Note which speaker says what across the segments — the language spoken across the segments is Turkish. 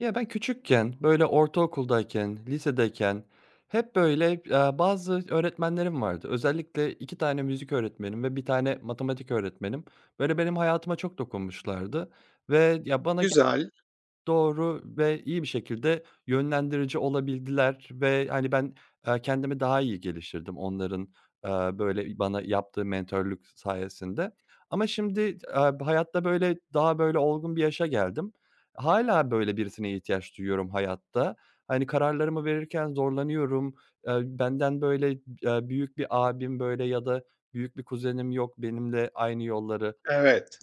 Speaker 1: Ya, ben küçükken, böyle, ortaokuldayken, lisedeyken hep, böyle, bazı öğretmenlerim vardı. Özellikle 2 tane müzik öğretmenim ve bir tane matematik öğretmenim. Böyle, benim hayatıma çok dokunmuşlardı ve ya, bana
Speaker 2: Güzel,
Speaker 1: doğru ve iyi bir şekilde yönlendirici olabildiler ve, hani, ben, kendimi daha iyi geliştirdim onların, eee, böyle, bana yaptığı mentörlük sayesinde. Ama şimdi, hayatta, böyle, daha, böyle, olgun bir yaşa geldim. Hâlâ böyle birisine ihtiyaç duyuyorum hayatta. Hani, kararlarımı verirken zorlanıyorum. Benden, böyle, büyük bir abim, böyle, ya da büyük bir kuzenim yok benimle aynı yolları.
Speaker 2: evet,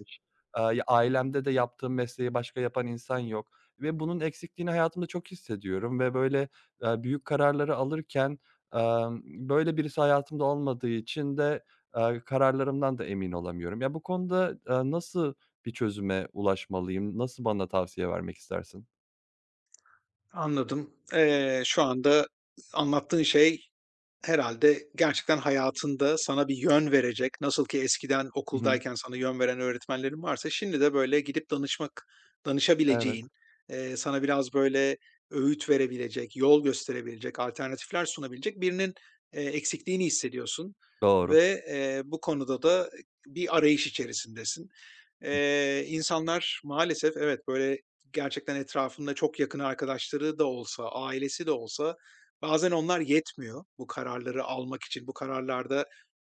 Speaker 1: Ya, ailemde de yaptığım mesleği başka yapan insan yok ve bunun eksikliğini hayatımda çok hissediyorum ve, böyle, büyük kararları alırken, böyle birisi hayatımda olmadığı için de, kararlarımdan da emin olamıyorum. Ya, bu konuda, nasıl bir çözüme ulaşmalıyım? Nasıl bana tavsiye vermek istersin?
Speaker 2: anladım. Şu anda anlattığın şey, herhâlde gerçekten hayatında sana bir yön verecek, nasıl ki eskiden
Speaker 1: Hı hı.
Speaker 2: okuldayken sana yön veren öğretmenlerin varsa şimdi de böyle gidip
Speaker 1: Evet.
Speaker 2: danışabileceğin, sana biraz böyle öğüt verebilecek, yol gösterebilecek, alternatifler sunabilecek birinin, eksikliğini hissediyorsun
Speaker 1: Doğru.
Speaker 2: ve, bu konuda da bir arayış içerisindesin. İnsanlar maalesef, evet, böyle gerçekten etrafında çok yakın arkadaşları da olsa, ailesi de olsa, bazen onlar yetmiyor bu kararları almak için, bu kararlarda,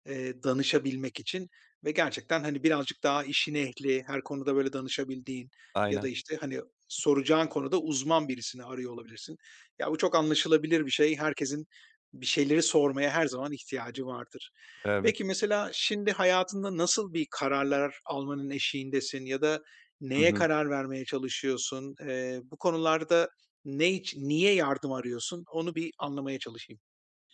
Speaker 2: danışabilmek için ve gerçekten, hani, birazcık daha işin ehli, her konuda böyle danışabildiğin ya da,
Speaker 1: Aynen.
Speaker 2: işte, hani, soracağın konuda uzman birisini arıyor olabilirsin. Ya, bu çok anlaşılabilir bir şey. Herkesin bir şeyleri sormaya her zaman ihtiyacı vardır.
Speaker 1: Evet.
Speaker 2: Peki, mesela şimdi hayatında nasıl bir kararlar almanın eşiğindesin ya da
Speaker 1: Hı
Speaker 2: neye
Speaker 1: hı.
Speaker 2: karar vermeye çalışıyorsun? Bu konularda ne için, niye yardım arıyorsun? Onu bir anlamaya çalışayım.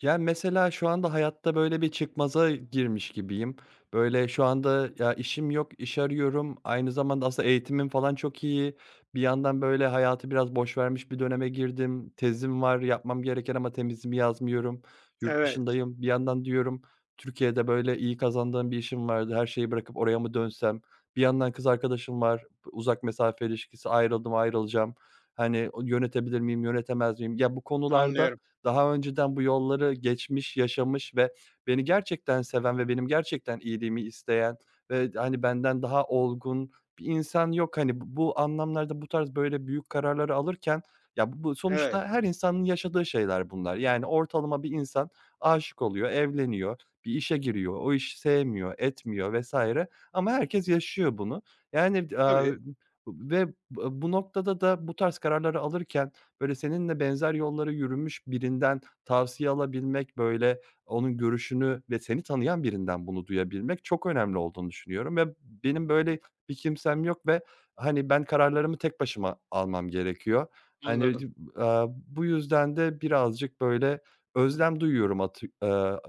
Speaker 1: Ya, mesela şu anda hayatta böyle bir çıkmaza girmiş gibiyim. Böyle şu anda ya işim yok, iş arıyorum. Aynı zamanda aslında eğitimim falan çok iyi. Bir yandan böyle hayatı biraz boş vermiş bir döneme girdim. Tezim var, yapmam gereken ama temizimi yazmıyorum. Yurt
Speaker 2: Evet,
Speaker 1: dışındayım. Bir yandan diyorum Türkiye'de böyle iyi kazandığım bir işim vardı. Her şeyi bırakıp oraya mı dönsem? Bir yandan kız arkadaşım var. Uzak mesafe ilişkisi ayrıldım, ayrılacağım. Hani yönetebilir miyim, yönetemez miyim? Ya bu konularda
Speaker 2: anlıyorum.
Speaker 1: daha önceden bu yolları geçmiş, yaşamış ve beni gerçekten seven ve benim gerçekten iyiliğimi isteyen ve, hani, benden daha olgun bir insan yok. Hani, bu anlamlarda bu tarz böyle büyük kararları alırken ya, bu
Speaker 2: Evet,
Speaker 1: sonuçta her insanın yaşadığı şeyler bunlar. Yani ortalama bir insan aşık oluyor, evleniyor, bir işe giriyor, o işi sevmiyor, etmiyor vesaire ama herkes yaşıyor bunu. Yani,
Speaker 2: tabii,
Speaker 1: ve bu noktada da bu tarz kararları alırken böyle, seninle benzer yolları yürümüş birinden tavsiye alabilmek, böyle, onun görüşünü ve seni tanıyan birinden bunu duyabilmek çok önemli olduğunu düşünüyorum ve benim böyle bir kimsem yok ve, hani, ben kararlarımı tek başıma almam gerekiyor. Hani,
Speaker 2: anladım,
Speaker 1: bu yüzden de birazcık, böyle, özlem duyuyorum atı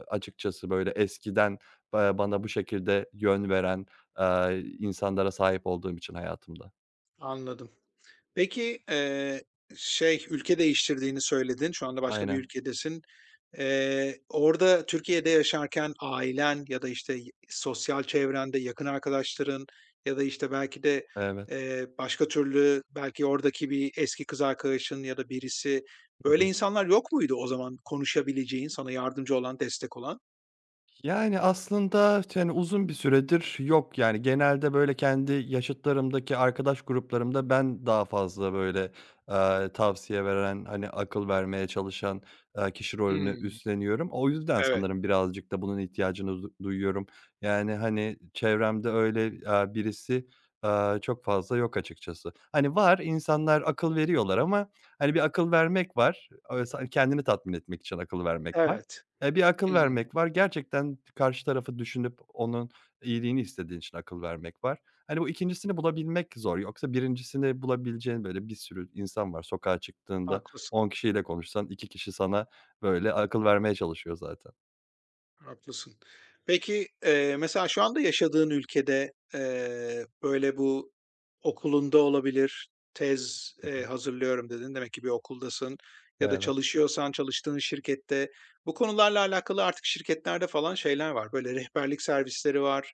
Speaker 1: açıkçası, böyle, eskiden bana bu şekilde yön veren, insanlara sahip olduğum için hayatımda.
Speaker 2: anladım. Peki, şey, ülke değiştirdiğini söyledin. Şu anda başka bir
Speaker 1: Aynen,
Speaker 2: ülkedesin. Orada Türkiye'de yaşarken ailen ya da, işte, sosyal çevrende yakın arkadaşların ya da, işte, belki de,
Speaker 1: evet.
Speaker 2: başka türlü belki oradaki bir eski kız arkadaşın ya da birisi, böyle insanlar yok muydu o zaman konuşabileceğin, sana yardımcı olan, destek olan?
Speaker 1: Yani, aslında, yani, uzun bir süredir yok, yani. Genelde, böyle, kendi yaşıtlarımdaki arkadaş gruplarımda ben daha fazla, böyle, tavsiye veren, hani, akıl vermeye çalışan, kişi rolünü
Speaker 2: Hımm.
Speaker 1: üstleniyorum. O yüzden
Speaker 2: Evet,
Speaker 1: sanırım birazcık da bunun ihtiyacını duyuyorum. Yani, hani, çevremde öyle, birisi, çok fazla yok açıkçası. Hani, var, insanlar akıl veriyorlar ama, hani, bir akıl vermek var. Öyle kendini tatmin etmek için akıl vermek var.
Speaker 2: evet.
Speaker 1: E, bir akıl
Speaker 2: Hımm.
Speaker 1: vermek var. Gerçekten karşı tarafı düşünüp onun iyiliğini istediğin için akıl vermek var. Hani, bu ikincisini bulabilmek zor. Yoksa birincisini bulabileceğin, böyle, bir sürü insan var. Sokağa çıktığında
Speaker 2: Haklısın.
Speaker 1: 10 kişiyle konuşsan 2 kişi sana, böyle, akıl vermeye çalışıyor zaten.
Speaker 2: Haklısın. Peki, mesela şu anda yaşadığın ülkede, böyle bu okulunda olabilir, tez,
Speaker 1: Hı hı.
Speaker 2: hazırlıyorum dedin. Demek ki bir okuldasın ya da
Speaker 1: Evet.
Speaker 2: çalışıyorsan çalıştığın şirkette bu konularla alakalı artık şirketlerde falan şeyler var. Böyle rehberlik servisleri var.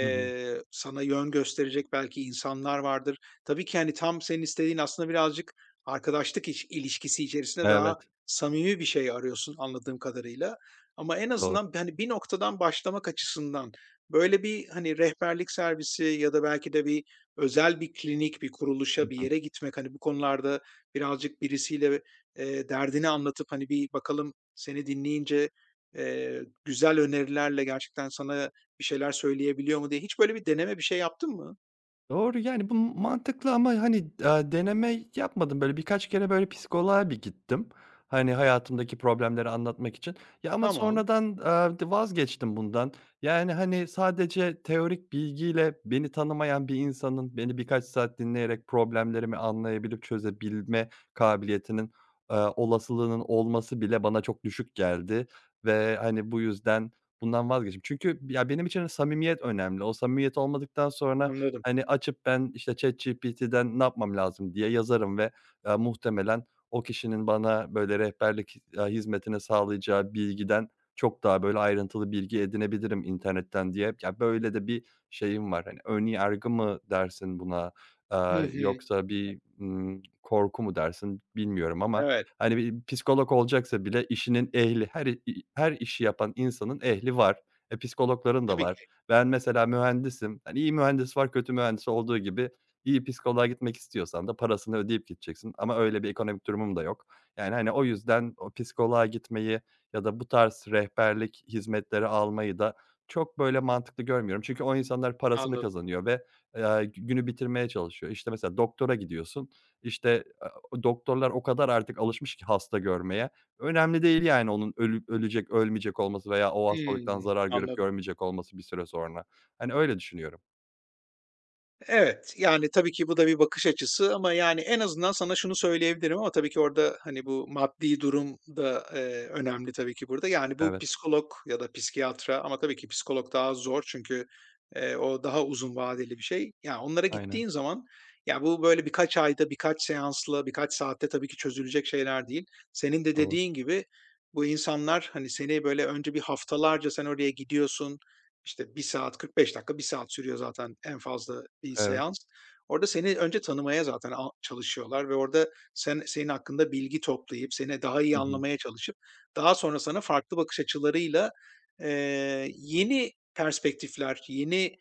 Speaker 1: Hı hı.
Speaker 2: Sana yön gösterecek belki insanlar vardır. Tabii ki, hani, tam senin istediğin aslında birazcık arkadaşlık iş ilişkisi içerisinde daha
Speaker 1: Evet.
Speaker 2: samimi bir şey arıyorsun anladığım kadarıyla. Ama en
Speaker 1: Doğru.
Speaker 2: azından, hani, bir noktadan başlamak açısından böyle bir, hani, rehberlik servisi ya da belki de bir özel bir klinik, bir kuruluşa, bir yere gitmek, hani, bu konularda birazcık birisiyle, derdini anlatıp, hani, bir bakalım seni dinleyince, güzel önerilerle gerçekten sana bir şeyler söyleyebiliyor mu diye hiç böyle bir deneme, bir şey yaptın mı?
Speaker 1: Doğru, yani, bu mantıklı ama, hani, deneme yapmadım. Böyle, birkaç kere, böyle, psikoloğa bir gittim, hani, hayatımdaki problemleri anlatmak için. Ya, ama
Speaker 2: Tamam,
Speaker 1: sonradan, vazgeçtim bundan. Yani, hani, sadece teorik bilgiyle beni tanımayan bir insanın beni birkaç saat dinleyerek problemlerimi anlayabilip çözebilme kabiliyetinin, olasılığının olması bile bana çok düşük geldi ve, hani, bu yüzden bundan vazgeçtim. Çünkü ya, benim için samimiyet önemli. O samimiyet olmadıktan sonra
Speaker 2: anladım.
Speaker 1: hani, açıp ben, işte, ChatGPT'den ne yapmam lazım diye yazarım ve, muhtemelen o kişinin bana böyle rehberlik, hizmetine sağlayacağı bilgiden çok daha böyle ayrıntılı bilgi edinebilirim internetten diye. Ya, böyle de bir şeyim var. Hani, ön yargı mı dersin buna,
Speaker 2: Hı hı.
Speaker 1: yoksa bir, korku mu dersin bilmiyorum ama,
Speaker 2: Evet,
Speaker 1: hani, bir psikolog olacaksa bile işinin ehli, her her işi yapan insanın ehli var. E, psikologların da
Speaker 2: tabii
Speaker 1: var.
Speaker 2: ki.
Speaker 1: Ben mesela mühendisim. Yani iyi mühendis var, kötü mühendis olduğu gibi iyi psikoloğa gitmek istiyorsan da parasını ödeyip gideceksin ama öyle bir ekonomik durumum da yok. Yani, hani, o yüzden o psikoloğa gitmeyi ya da bu tarz rehberlik hizmetleri almayı da çok, böyle, mantıklı görmüyorum. Çünkü o insanlar parasını
Speaker 2: Anladım.
Speaker 1: kazanıyor ve, günü bitirmeye çalışıyor. İşte, mesela doktora gidiyorsun, İşte doktorlar o kadar artık alışmış ki hasta görmeye, önemli değil yani onun ölecek, ölmeyecek olması veya o hastalıktan
Speaker 2: Hımm,
Speaker 1: zarar görüp
Speaker 2: anladım.
Speaker 1: görmeyecek olması bir süre sonra. Hani, öyle düşünüyorum.
Speaker 2: Evet, yani, tabii ki bu da bir bakış açısı ama, yani, en azından sana şunu söyleyebilirim ama tabii ki orada, hani, bu maddi durum da, önemli tabii ki burada. Yani, bu
Speaker 1: Evet,
Speaker 2: psikolog ya da psikiyatra ama tabii ki psikolog daha zor çünkü, o daha uzun vadeli bir şey. Yani onlara
Speaker 1: aynen.
Speaker 2: gittiğin zaman, ya, bu böyle birkaç ayda, birkaç seansla, birkaç saatte tabii ki çözülecek şeyler değil. Senin de
Speaker 1: Doğru.
Speaker 2: dediğin gibi bu insanlar, hani, seni böyle önce bir haftalarca sen oraya gidiyorsun, işte bir saat 45 dakika, bir saat sürüyor zaten en fazla bir
Speaker 1: Evet.
Speaker 2: seans. Orada seni önce tanımaya zaten çalışıyorlar ve orada sen senin hakkında bilgi toplayıp, seni daha iyi
Speaker 1: Hı hı.
Speaker 2: anlamaya çalışıp daha sonra sana farklı bakış açılarıyla, yeni perspektifler, yeni,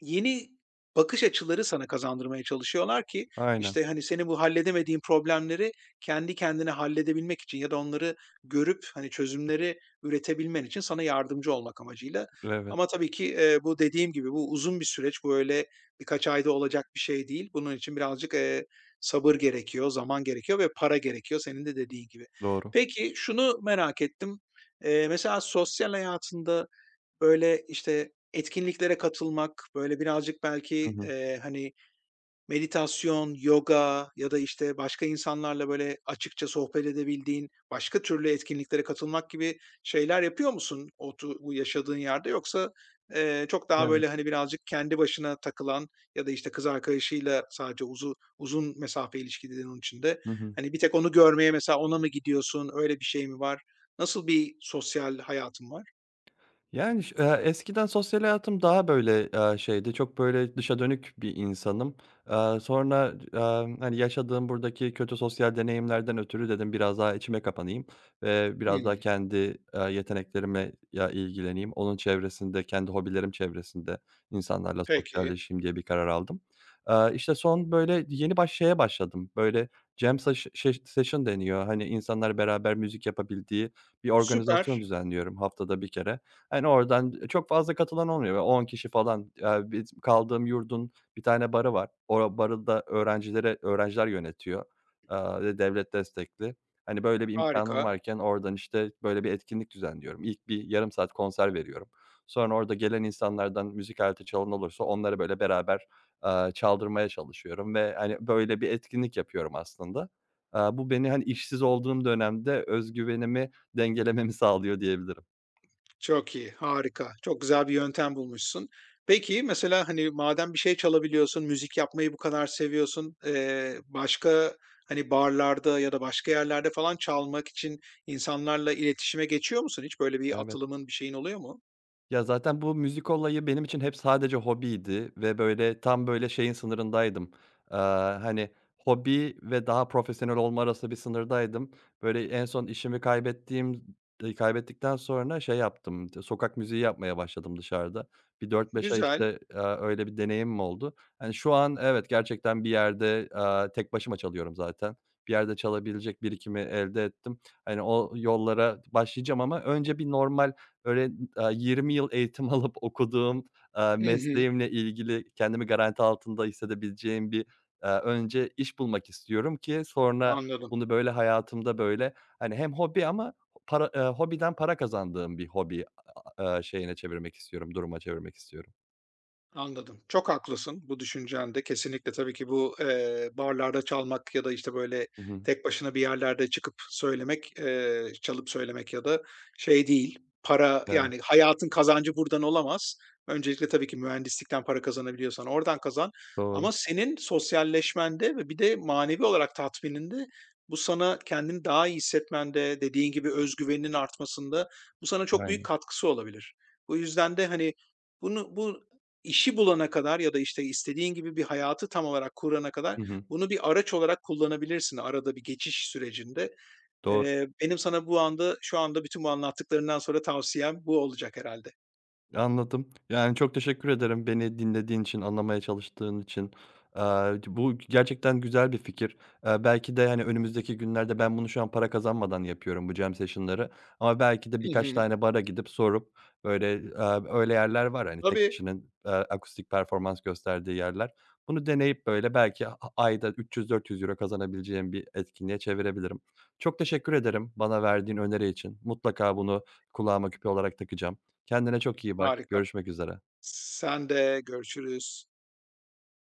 Speaker 2: Yeni bakış açıları sana kazandırmaya çalışıyorlar ki,
Speaker 1: Aynen.
Speaker 2: işte, hani, senin bu halledemediğin problemleri kendi kendine halledebilmek için ya da onları görüp, hani, çözümleri üretebilmen için sana yardımcı olmak amacıyla.
Speaker 1: Evet.
Speaker 2: Ama tabii ki, bu dediğim gibi bu uzun bir süreç. Bu öyle birkaç ayda olacak bir şey değil. Bunun için birazcık, sabır gerekiyor, zaman gerekiyor ve para gerekiyor senin de dediğin gibi.
Speaker 1: Doğru.
Speaker 2: Peki şunu merak ettim. Mesela sosyal hayatında böyle, işte, etkinliklere katılmak, böyle, birazcık
Speaker 1: Hı
Speaker 2: belki,
Speaker 1: hı.
Speaker 2: hani, meditasyon, yoga ya da, işte, başka insanlarla, böyle, açıkça sohbet edebildiğin başka türlü etkinliklere katılmak gibi şeyler yapıyor musun bu yaşadığın yerde? Yoksa, çok daha,
Speaker 1: Evet.
Speaker 2: böyle, hani, birazcık kendi başına takılan ya da, işte, kız arkadaşıyla sadece uzun uzun mesafe ilişki dedin onun için,
Speaker 1: Hı hı.
Speaker 2: hani, bir tek onu görmeye mesela ona mı gidiyorsun? Öyle bir şey mi var? Nasıl bir sosyal hayatın var?
Speaker 1: Yani, ş eskiden sosyal hayatım daha, böyle, şeydi, çok, böyle, dışa dönük bir insanım. Sonra, hani, yaşadığım buradaki kötü sosyal deneyimlerden ötürü dedim biraz daha içime kapanayım ve biraz daha
Speaker 2: Hımm.
Speaker 1: kendi, yeteneklerime ya ilgileneyim. Onun çevresinde, kendi hobilerim çevresinde insanlarla
Speaker 2: Peki.
Speaker 1: sosyalleşeyim diye bir karar aldım. İşte, son, böyle, yeni şeye başladım, böyle, jam saş şeş session deniyor. Hani, insanlar beraber müzik yapabildiği bir organizasyon
Speaker 2: Süper,
Speaker 1: düzenliyorum haftada bir kere. Hani, oradan çok fazla katılan olmuyor. Böyle 10 kişi falan. Biz kaldığım yurdun bir tane barı var. O barı da öğrenciler yönetiyor, ve devlet destekli. Hani, böyle bir imkânım
Speaker 2: harika,
Speaker 1: varken oradan, işte, böyle bir etkinlik düzenliyorum. İlk bir yarım saat konser veriyorum. Sonra orada gelen insanlardan müzik aleti çalan olursa onları, böyle, beraber, çaldırmaya çalışıyorum ve, hani, böyle bir etkinlik yapıyorum aslında. Bu beni, hani, işsiz olduğum dönemde özgüvenimi dengelememi sağlıyor diyebilirim.
Speaker 2: çok iyi, harika. Çok güzel bir yöntem bulmuşsun. Peki, mesela, hani, madem bir şey çalabiliyorsun, müzik yapmayı bu kadar seviyorsun, başka, hani, barlarda ya da başka yerlerde falan çalmak için insanlarla iletişime geçiyor musun hiç? Böyle bir
Speaker 1: Evet.
Speaker 2: atılımın, bir şeyin oluyor mu?
Speaker 1: Ya, zaten bu müzik olayı benim için hep sadece hobiydi ve, böyle, tam, böyle, şeyin sınırındaydım. Eee, Hani, hobi ve daha profesyonel olma arası bir sınırdaydım. Böyle, en son işimi kaybettiğim kaybettikten sonra şey yaptım, sokak müziği yapmaya başladım dışarıda. Bir 4-5 ay,
Speaker 2: Güzel.
Speaker 1: işte, öyle bir deneyimim oldu. Hani, şu an evet, gerçekten bir yerde, tek başıma çalıyorum zaten. Bir yerde çalabilecek birikimi elde ettim. Hani, o yollara başlayacağım ama önce bir normal, öyle 20 yıl eğitim alıp okuduğum,
Speaker 2: Hı hı,
Speaker 1: mesleğimle ilgili kendimi garanti altında hissedebileceğim bir, önce iş bulmak istiyorum ki sonra
Speaker 2: anladım.
Speaker 1: bunu, böyle, hayatımda, böyle, hani, hem hobi ama para hobiden para kazandığım bir hobi, şeyine çevirmek istiyorum, duruma çevirmek istiyorum.
Speaker 2: Anladım. Çok haklısın bu düşüncende. Kesinlikle tabii ki bu, barlarda çalmak ya da, işte, böyle,
Speaker 1: Hı hı.
Speaker 2: tek başına bir yerlerde çıkıp söylemek, çalıp söylemek ya da şey değil, para,
Speaker 1: Evet,
Speaker 2: yani, hayatın kazancı buradan olamaz. Öncelikle tabii ki mühendislikten para kazanabiliyorsan oradan kazan
Speaker 1: doğru.
Speaker 2: ama senin sosyalleşmende ve bir de manevi olarak tatmininde bu sana kendini daha iyi hissetmende, dediğin gibi özgüveninin artmasında bu sana çok büyük
Speaker 1: Aynen.
Speaker 2: katkısı olabilir. Bu yüzden de, hani, bunu bu İşi bulana kadar ya da, işte, istediğin gibi bir hayatı tam olarak kurana kadar
Speaker 1: Hı hı.
Speaker 2: bunu bir araç olarak kullanabilirsin arada bir geçiş sürecinde.
Speaker 1: Doğru.
Speaker 2: Benim sana bu anda şu anda bütün bu anlattıklarından sonra tavsiyem bu olacak herhâlde.
Speaker 1: Anladım. Yani, çok teşekkür ederim beni dinlediğin için, anlamaya çalıştığın için. Eee, Bu gerçekten güzel bir fikir. Belki de, hani, önümüzdeki günlerde ben bunu şu an para kazanmadan yapıyorum bu jam session'ları ama belki de
Speaker 2: Hı
Speaker 1: birkaç
Speaker 2: hı.
Speaker 1: tane bara gidip sorup, böyle, öyle yerler var, hani, tek
Speaker 2: Tabii,
Speaker 1: kişinin, akustik performans gösterdiği yerler. Bunu deneyip, böyle, belki ayda €300 kazanabileceğim bir etkinliğe çevirebilirim. Çok teşekkür ederim bana verdiğin öneri için. Mutlaka bunu kulağıma küpe olarak takacağım. Kendine çok iyi bak.
Speaker 2: harika.
Speaker 1: Görüşmek üzere.
Speaker 2: Sen de görüşürüz.